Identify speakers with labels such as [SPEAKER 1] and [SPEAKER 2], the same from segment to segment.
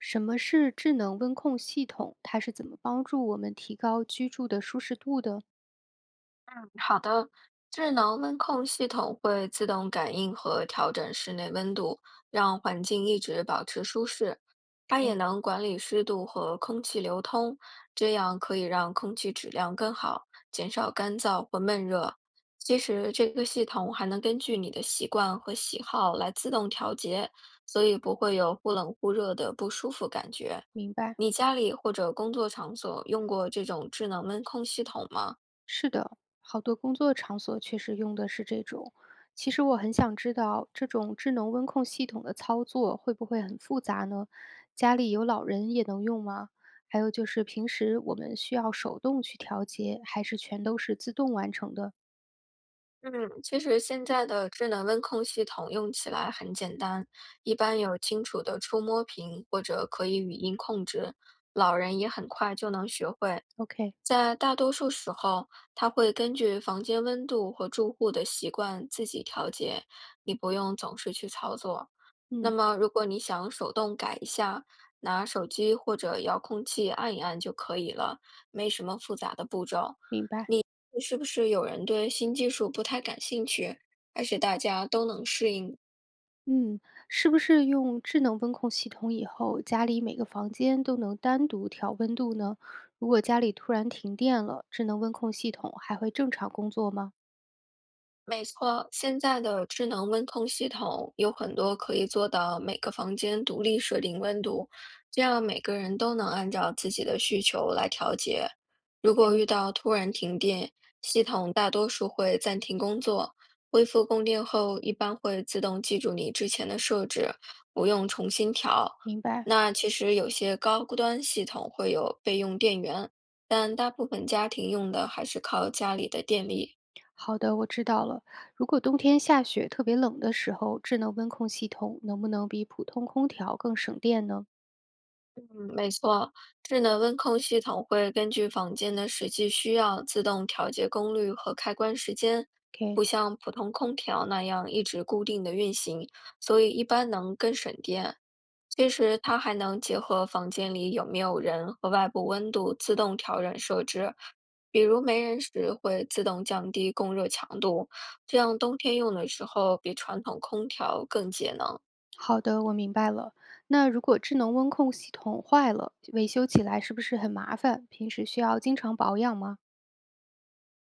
[SPEAKER 1] 什么是智能温控系统？它是怎么帮助我们提高居住的舒适度的？
[SPEAKER 2] 好的，智能温控系统会自动感应和调整室内温度，让环境一直保持舒适。它也能管理湿度和空气流通，这样可以让空气质量更好，减少干燥或闷热。其实，这个系统还能根据你的习惯和喜好来自动调节，所以不会有忽冷忽热的不舒服感觉。
[SPEAKER 1] 明白，
[SPEAKER 2] 你家里或者工作场所用过这种智能温控系统吗？
[SPEAKER 1] 是的，好多工作场所确实用的是这种。其实我很想知道，这种智能温控系统的操作会不会很复杂呢？家里有老人也能用吗？还有就是平时我们需要手动去调节，还是全都是自动完成的
[SPEAKER 2] 嗯，其实现在的智能温控系统用起来很简单，一般有清楚的触摸屏或者可以语音控制，老人也很快就能学会。
[SPEAKER 1] ？OK，
[SPEAKER 2] 在大多数时候，它会根据房间温度和住户的习惯自己调节，你不用总是去操作。那
[SPEAKER 1] 嗯，
[SPEAKER 2] 么，如果你想手动改一下，拿手机或者遥控器按一按就可以了，没什么复杂的步骤。
[SPEAKER 1] 明白。
[SPEAKER 2] 是不是有人对新技术不太感兴趣，还是大家都能适应？
[SPEAKER 1] 嗯，是不是用智能温控系统以后，家里每个房间都能单独调温度呢？如果家里突然停电了，智能温控系统还会正常工作吗？
[SPEAKER 2] 没错，现在的智能温控系统有很多可以做到每个房间独立设定温度，这样每个人都能按照自己的需求来调节。如果遇到突然停电，系统大多数会暂停工作，恢复供电后一般会自动记住你之前的设置，不用重新调。
[SPEAKER 1] 明白。
[SPEAKER 2] 那其实有些高端系统会有备用电源，但大部分家庭用的还是靠家里的电力。
[SPEAKER 1] 好的，我知道了。如果冬天下雪特别冷的时候，智能温控系统能不能比普通空调更省电呢
[SPEAKER 2] 嗯，没错，智能温控系统会根据房间的实际需要自动调节功率和开关时间，
[SPEAKER 1] ？OK，
[SPEAKER 2] 不像普通空调那样一直固定的运行，所以一般能更省电。其实它还能结合房间里有没有人和外部温度自动调整设置，比如没人时会自动降低供热强度，这样冬天用的时候比传统空调更节能。
[SPEAKER 1] 好的，我明白了。那如果智能温控系统坏了，维修起来是不是很麻烦？平时需要经常保养吗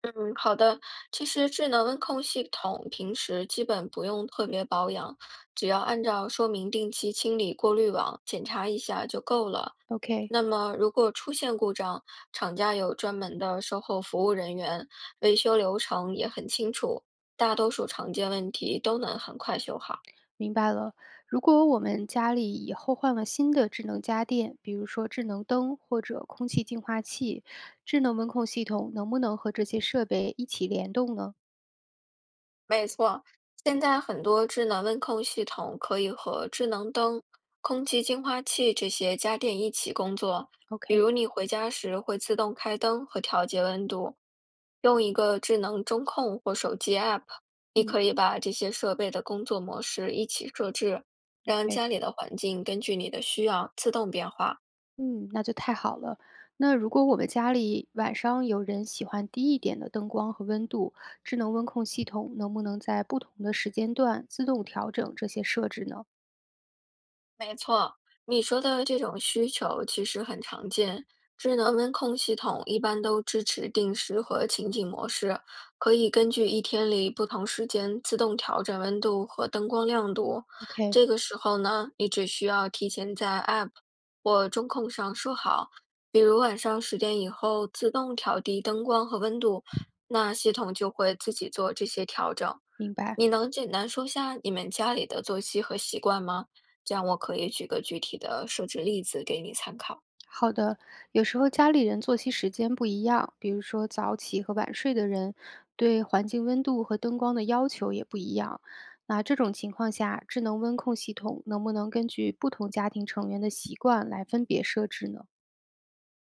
[SPEAKER 2] 嗯，好的。其实智能温控系统平时基本不用特别保养，只要按照说明定期清理过滤网，检查一下就够了。
[SPEAKER 1] ？OK。
[SPEAKER 2] 那么如果出现故障，厂家有专门的售后服务人员，维修流程也很清楚，大多数常见问题都能很快修好。
[SPEAKER 1] 明白了，如果我们家里以后换了新的智能家电，比如说智能灯或者空气净化器，智能温控系统能不能和这些设备一起联动呢
[SPEAKER 2] 没错，现在很多智能温控系统可以和智能灯、空气净化器这些家电一起工作。比
[SPEAKER 1] ？OK，
[SPEAKER 2] 如你回家时会自动开灯和调节温度，用一个智能中控或手机 App，你
[SPEAKER 1] 嗯
[SPEAKER 2] 可以把这些设备的工作模式一起设置，让
[SPEAKER 1] ，OK，
[SPEAKER 2] 家里的环境根据你的需要自动变化。
[SPEAKER 1] 嗯，那就太好了。那如果我们家里晚上有人喜欢低一点的灯光和温度，智能温控系统能不能在不同的时间段自动调整这些设置呢
[SPEAKER 2] 你说的这种需求其实很常见，智能温控系统一般都支持定时和情景模式，可以根据一天里不同时间自动调整温度和灯光亮度。
[SPEAKER 1] ？OK，
[SPEAKER 2] 这个时候呢，你只需要提前在 App 或中控上说好，比如晚上10点以后自动调低灯光和温度，那系统就会自己做这些调整。
[SPEAKER 1] 明白。
[SPEAKER 2] 你能简单说下你们家里的作息和习惯吗？这样我可以举个具体的设置例子给你参考。
[SPEAKER 1] 好的，有时候家里人作息时间不一样，比如说早起和晚睡的人，对环境温度和灯光的要求也不一样。那这种情况下，智能温控系统能不能根据不同家庭成员的习惯来分别设置呢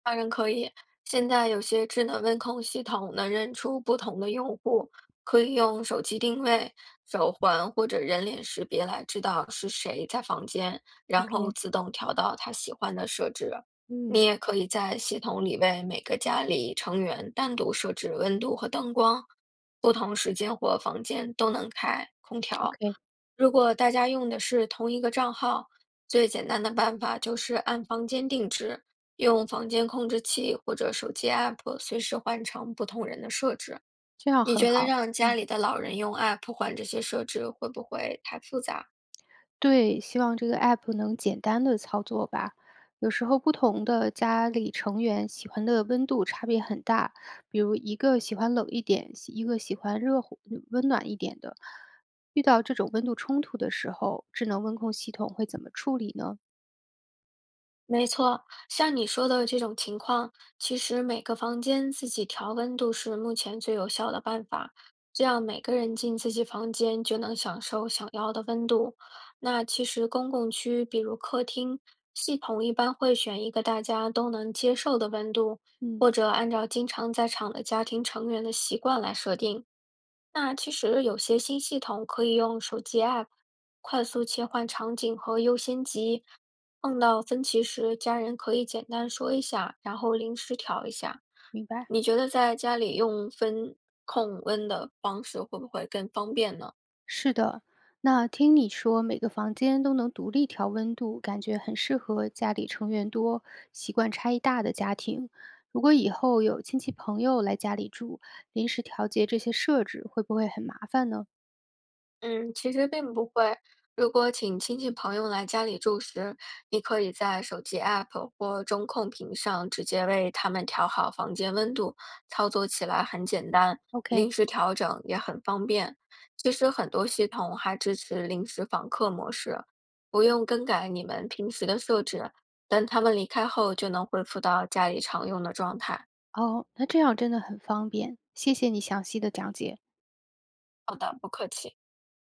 [SPEAKER 2] 当然可以，现在有些智能温控系统能认出不同的用户，可以用手机定位、手环或者人脸识别来知道是谁在房间，然后
[SPEAKER 1] ？OK，
[SPEAKER 2] 自动调到他喜欢的设置。你
[SPEAKER 1] 嗯
[SPEAKER 2] 也可以在系统里为每个家里成员单独设置温度和灯光，不同时间或房间都能开空调。
[SPEAKER 1] ，OK，
[SPEAKER 2] 如果大家用的是同一个账号，最简单的办法就是按房间定制，用房间控制器或者手机 app 随时换成不同人的设置。
[SPEAKER 1] 这样
[SPEAKER 2] 你
[SPEAKER 1] 很
[SPEAKER 2] 觉得
[SPEAKER 1] 好。
[SPEAKER 2] 让家
[SPEAKER 1] 嗯。
[SPEAKER 2] 里的老人用 app 换这些设置，会不会太复杂了？
[SPEAKER 1] 对，希望这个 app 能简单的操作吧。有时候不同的家里成员喜欢的温度差别很大，比如一个喜欢冷一点，一个喜欢热乎温暖一点的。遇到这种温度冲突的时候，智能温控系统会怎么处理呢？
[SPEAKER 2] 没错，像你说的这种情况，其实每个房间自己调温度是目前最有效的办法，这样每个人进自己房间就能享受想要的温度。那其实公共区，比如客厅，系统一般会选一个大家都能接受的温度，
[SPEAKER 1] 嗯，
[SPEAKER 2] 或者按照经常在场的家庭成员的习惯来设定。那其实有些新系统可以用手机 App 快速切换场景和优先级，碰到分歧时，家人可以简单说一下，然后临时调一下。
[SPEAKER 1] 明白。
[SPEAKER 2] 你觉得在家里用分控温的方式会不会更方便呢？
[SPEAKER 1] 是的，那听你说每个房间都能独立调温度，感觉很适合家里成员多、习惯差异大的家庭。如果以后有亲戚朋友来家里住，临时调节这些设置会不会很麻烦呢
[SPEAKER 2] 嗯，其实并不会。如果请亲戚朋友来家里住时，你可以在手机 App 或中控屏上直接为他们调好房间温度，操作起来很简单，
[SPEAKER 1] ？OK，
[SPEAKER 2] 临时调整也很方便。其实很多系统还支持临时访客模式，不用更改你们平时的设置，等他们离开后就能恢复到家里常用的状态。
[SPEAKER 1] 哦，那这样真的很方便，谢谢你详细的讲解。
[SPEAKER 2] 好的，不客气。